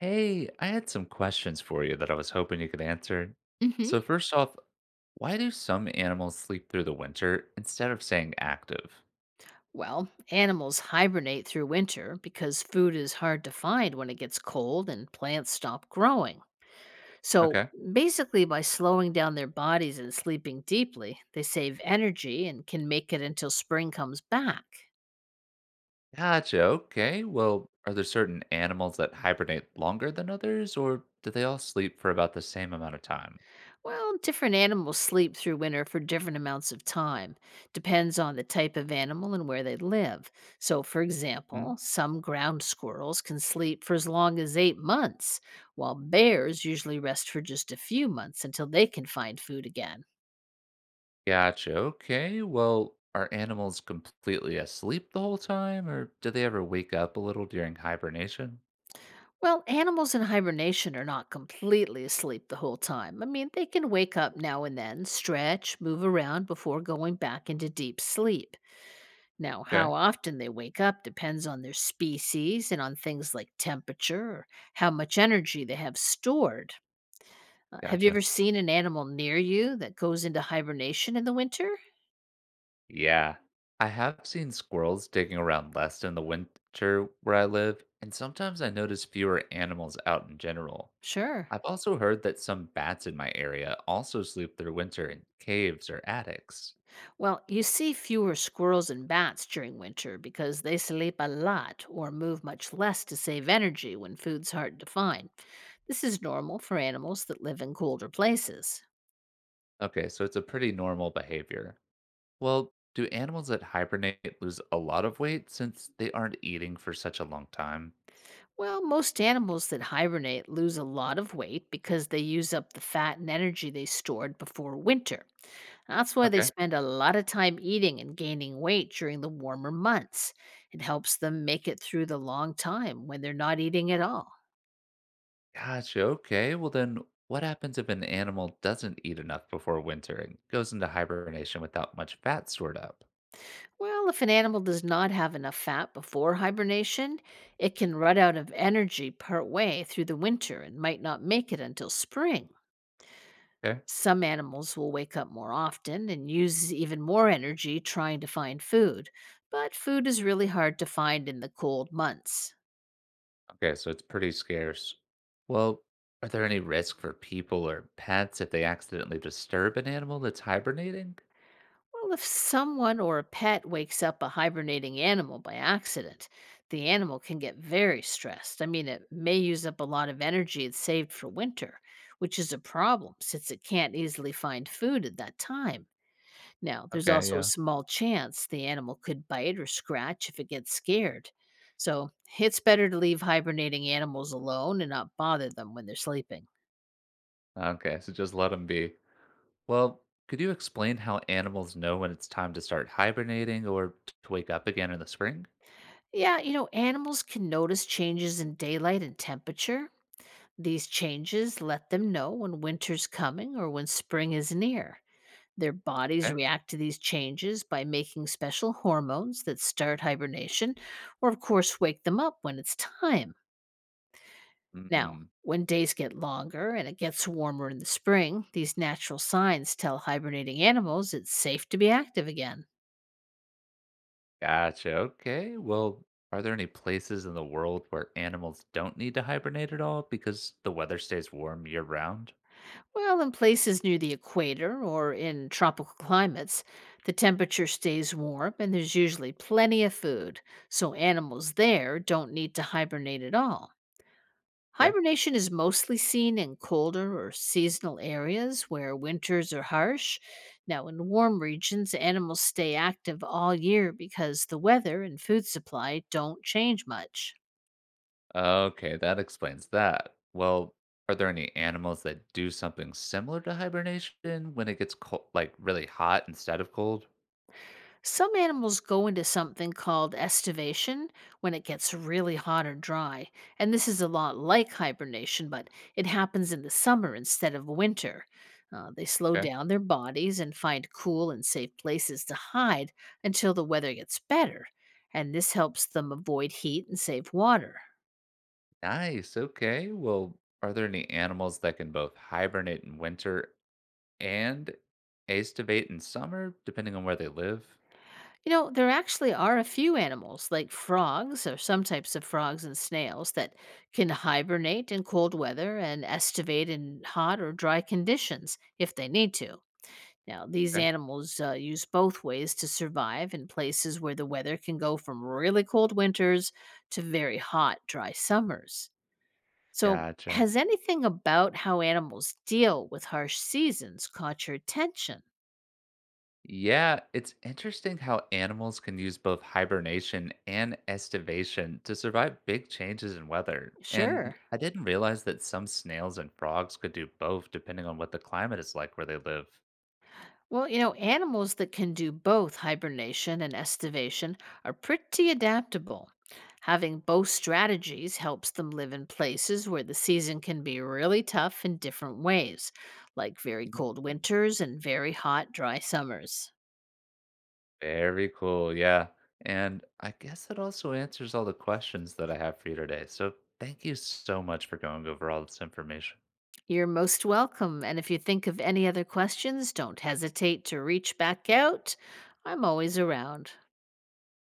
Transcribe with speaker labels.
Speaker 1: Hey, I had some questions for you that I was hoping you could answer. So,
Speaker 2: Hmm.
Speaker 1: first off, why do some animals sleep through the winter instead of staying active?
Speaker 2: Well, animals hibernate through winter because food is hard to find when it gets cold and plants stop growing. So,
Speaker 1: Okay.
Speaker 2: basically, by slowing down their bodies and sleeping deeply, they save energy and can make it until spring comes back.
Speaker 1: Gotcha. Okay. Well, are there certain animals that hibernate longer than others, or do they all sleep for about the same amount of time?
Speaker 2: Well, different animals sleep through winter for different amounts of time. Depends on the type of animal and where they live. So, for
Speaker 1: Hmm?
Speaker 2: example, some ground squirrels can sleep for as long as 8 months, while bears usually rest for just a few months until they can find food again.
Speaker 1: Gotcha. Okay. Well, are animals completely asleep the whole time, or do they ever wake up a little during hibernation?
Speaker 2: Well, animals in hibernation are not completely asleep the whole time. I mean, they can wake up now and then, stretch, move around before going back into deep sleep. Now,
Speaker 1: Okay.
Speaker 2: how often they wake up depends on their species and on things like temperature or how much energy they have stored. Have you
Speaker 1: Gotcha.
Speaker 2: ever seen an animal near you that goes into hibernation in the winter?
Speaker 1: Yeah. I have seen squirrels digging around less in the winter where I live, and sometimes I notice fewer animals out in general.
Speaker 2: Sure.
Speaker 1: I've also heard that some bats in my area also sleep through winter in caves or attics.
Speaker 2: Well, you see fewer squirrels and bats during winter because they sleep a lot or move much less to save energy when food's hard to find. This is normal for animals that live in colder places.
Speaker 1: Okay, so it's a pretty normal behavior. Well, do animals that hibernate lose a lot of weight since they aren't eating for such a long time?
Speaker 2: Well, most animals that hibernate lose a lot of weight because they use up the fat and energy they stored before winter. That's why they
Speaker 1: Okay.
Speaker 2: spend a lot of time eating and gaining weight during the warmer months. It helps them make it through the long time when they're not eating at all.
Speaker 1: Gotcha. Okay. Well, then what happens if an animal doesn't eat enough before winter and goes into hibernation without much fat stored up?
Speaker 2: Well, if an animal does not have enough fat before hibernation, it can run out of energy part way through the winter and might not make it until spring.
Speaker 1: Okay.
Speaker 2: Some animals will wake up more often and use even more energy trying to find food, but food is really hard to find in the cold months.
Speaker 1: Okay. So it's pretty scarce. Well, are there any risk for people or pets if they accidentally disturb an animal that's hibernating?
Speaker 2: Well, if someone or a pet wakes up a hibernating animal by accident, the animal can get very stressed. I mean, it may use up a lot of energy it saved for winter, which is a problem since it can't easily find food at that time. Now, there's
Speaker 1: Okay.
Speaker 2: also a
Speaker 1: Yeah.
Speaker 2: small chance the animal could bite or scratch if it gets scared. So, it's better to leave hibernating animals alone and not bother them when they're sleeping.
Speaker 1: Okay. So just let them be. Well, could you explain how animals know when it's time to start hibernating or to wake up again in the spring?
Speaker 2: Yeah, animals can notice changes in daylight and temperature. These changes let them know when winter's coming or when spring is near. Their bodies
Speaker 1: Okay.
Speaker 2: react to these changes by making special hormones that start hibernation or, of course, wake them up when it's time. Now,
Speaker 1: Mm.
Speaker 2: when days get longer and it gets warmer in the spring, these natural signs tell hibernating animals it's safe to be active again.
Speaker 1: Gotcha. Okay. Well, are there any places in the world where animals don't need to hibernate at all because the weather stays warm year round?
Speaker 2: Well, in places near the equator or in tropical climates, the temperature stays warm and there's usually plenty of food, so animals there don't need to hibernate at all.
Speaker 1: Okay.
Speaker 2: Hibernation is mostly seen in colder or seasonal areas where winters are harsh. Now, in warm regions, animals stay active all year because the weather and food supply don't change much.
Speaker 1: Okay, that explains that. Well, are there any animals that do something similar to hibernation when it gets cold, like really hot instead of cold?
Speaker 2: Some animals go into something called estivation when it gets really hot or dry, and this is a lot like hibernation, but it happens in the summer instead of winter. They slow
Speaker 1: Okay.
Speaker 2: down their bodies and find cool and safe places to hide until the weather gets better, and this helps them avoid heat and save water.
Speaker 1: Nice. Okay. Well, are there any animals that can both hibernate in winter and aestivate in summer, depending on where they live?
Speaker 2: You know, there actually are a few animals, like frogs or some types of frogs and snails, that can hibernate in cold weather and estivate in hot or dry conditions if they need to. Now, these
Speaker 1: Okay.
Speaker 2: animals use both ways to survive in places where the weather can go from really cold winters to very hot, dry summers. So,
Speaker 1: Gotcha.
Speaker 2: has anything about how animals deal with harsh seasons caught your attention?
Speaker 1: Yeah, it's interesting how animals can use both hibernation and estivation to survive big changes in weather. And
Speaker 2: Sure.
Speaker 1: I didn't realize that some snails and frogs could do both depending on what the climate is like where they live.
Speaker 2: Well, animals that can do both hibernation and estivation are pretty adaptable. Having both strategies helps them live in places where the season can be really tough in different ways, like very
Speaker 1: Mm,
Speaker 2: cold winters and very hot, dry summers.
Speaker 1: very cool. Yeah. And I guess that also answers all the questions that I have for you today. So thank you so much for going over all this information.
Speaker 2: You're most welcome, and if you think of any other questions, don't hesitate to reach back out. I'm always around.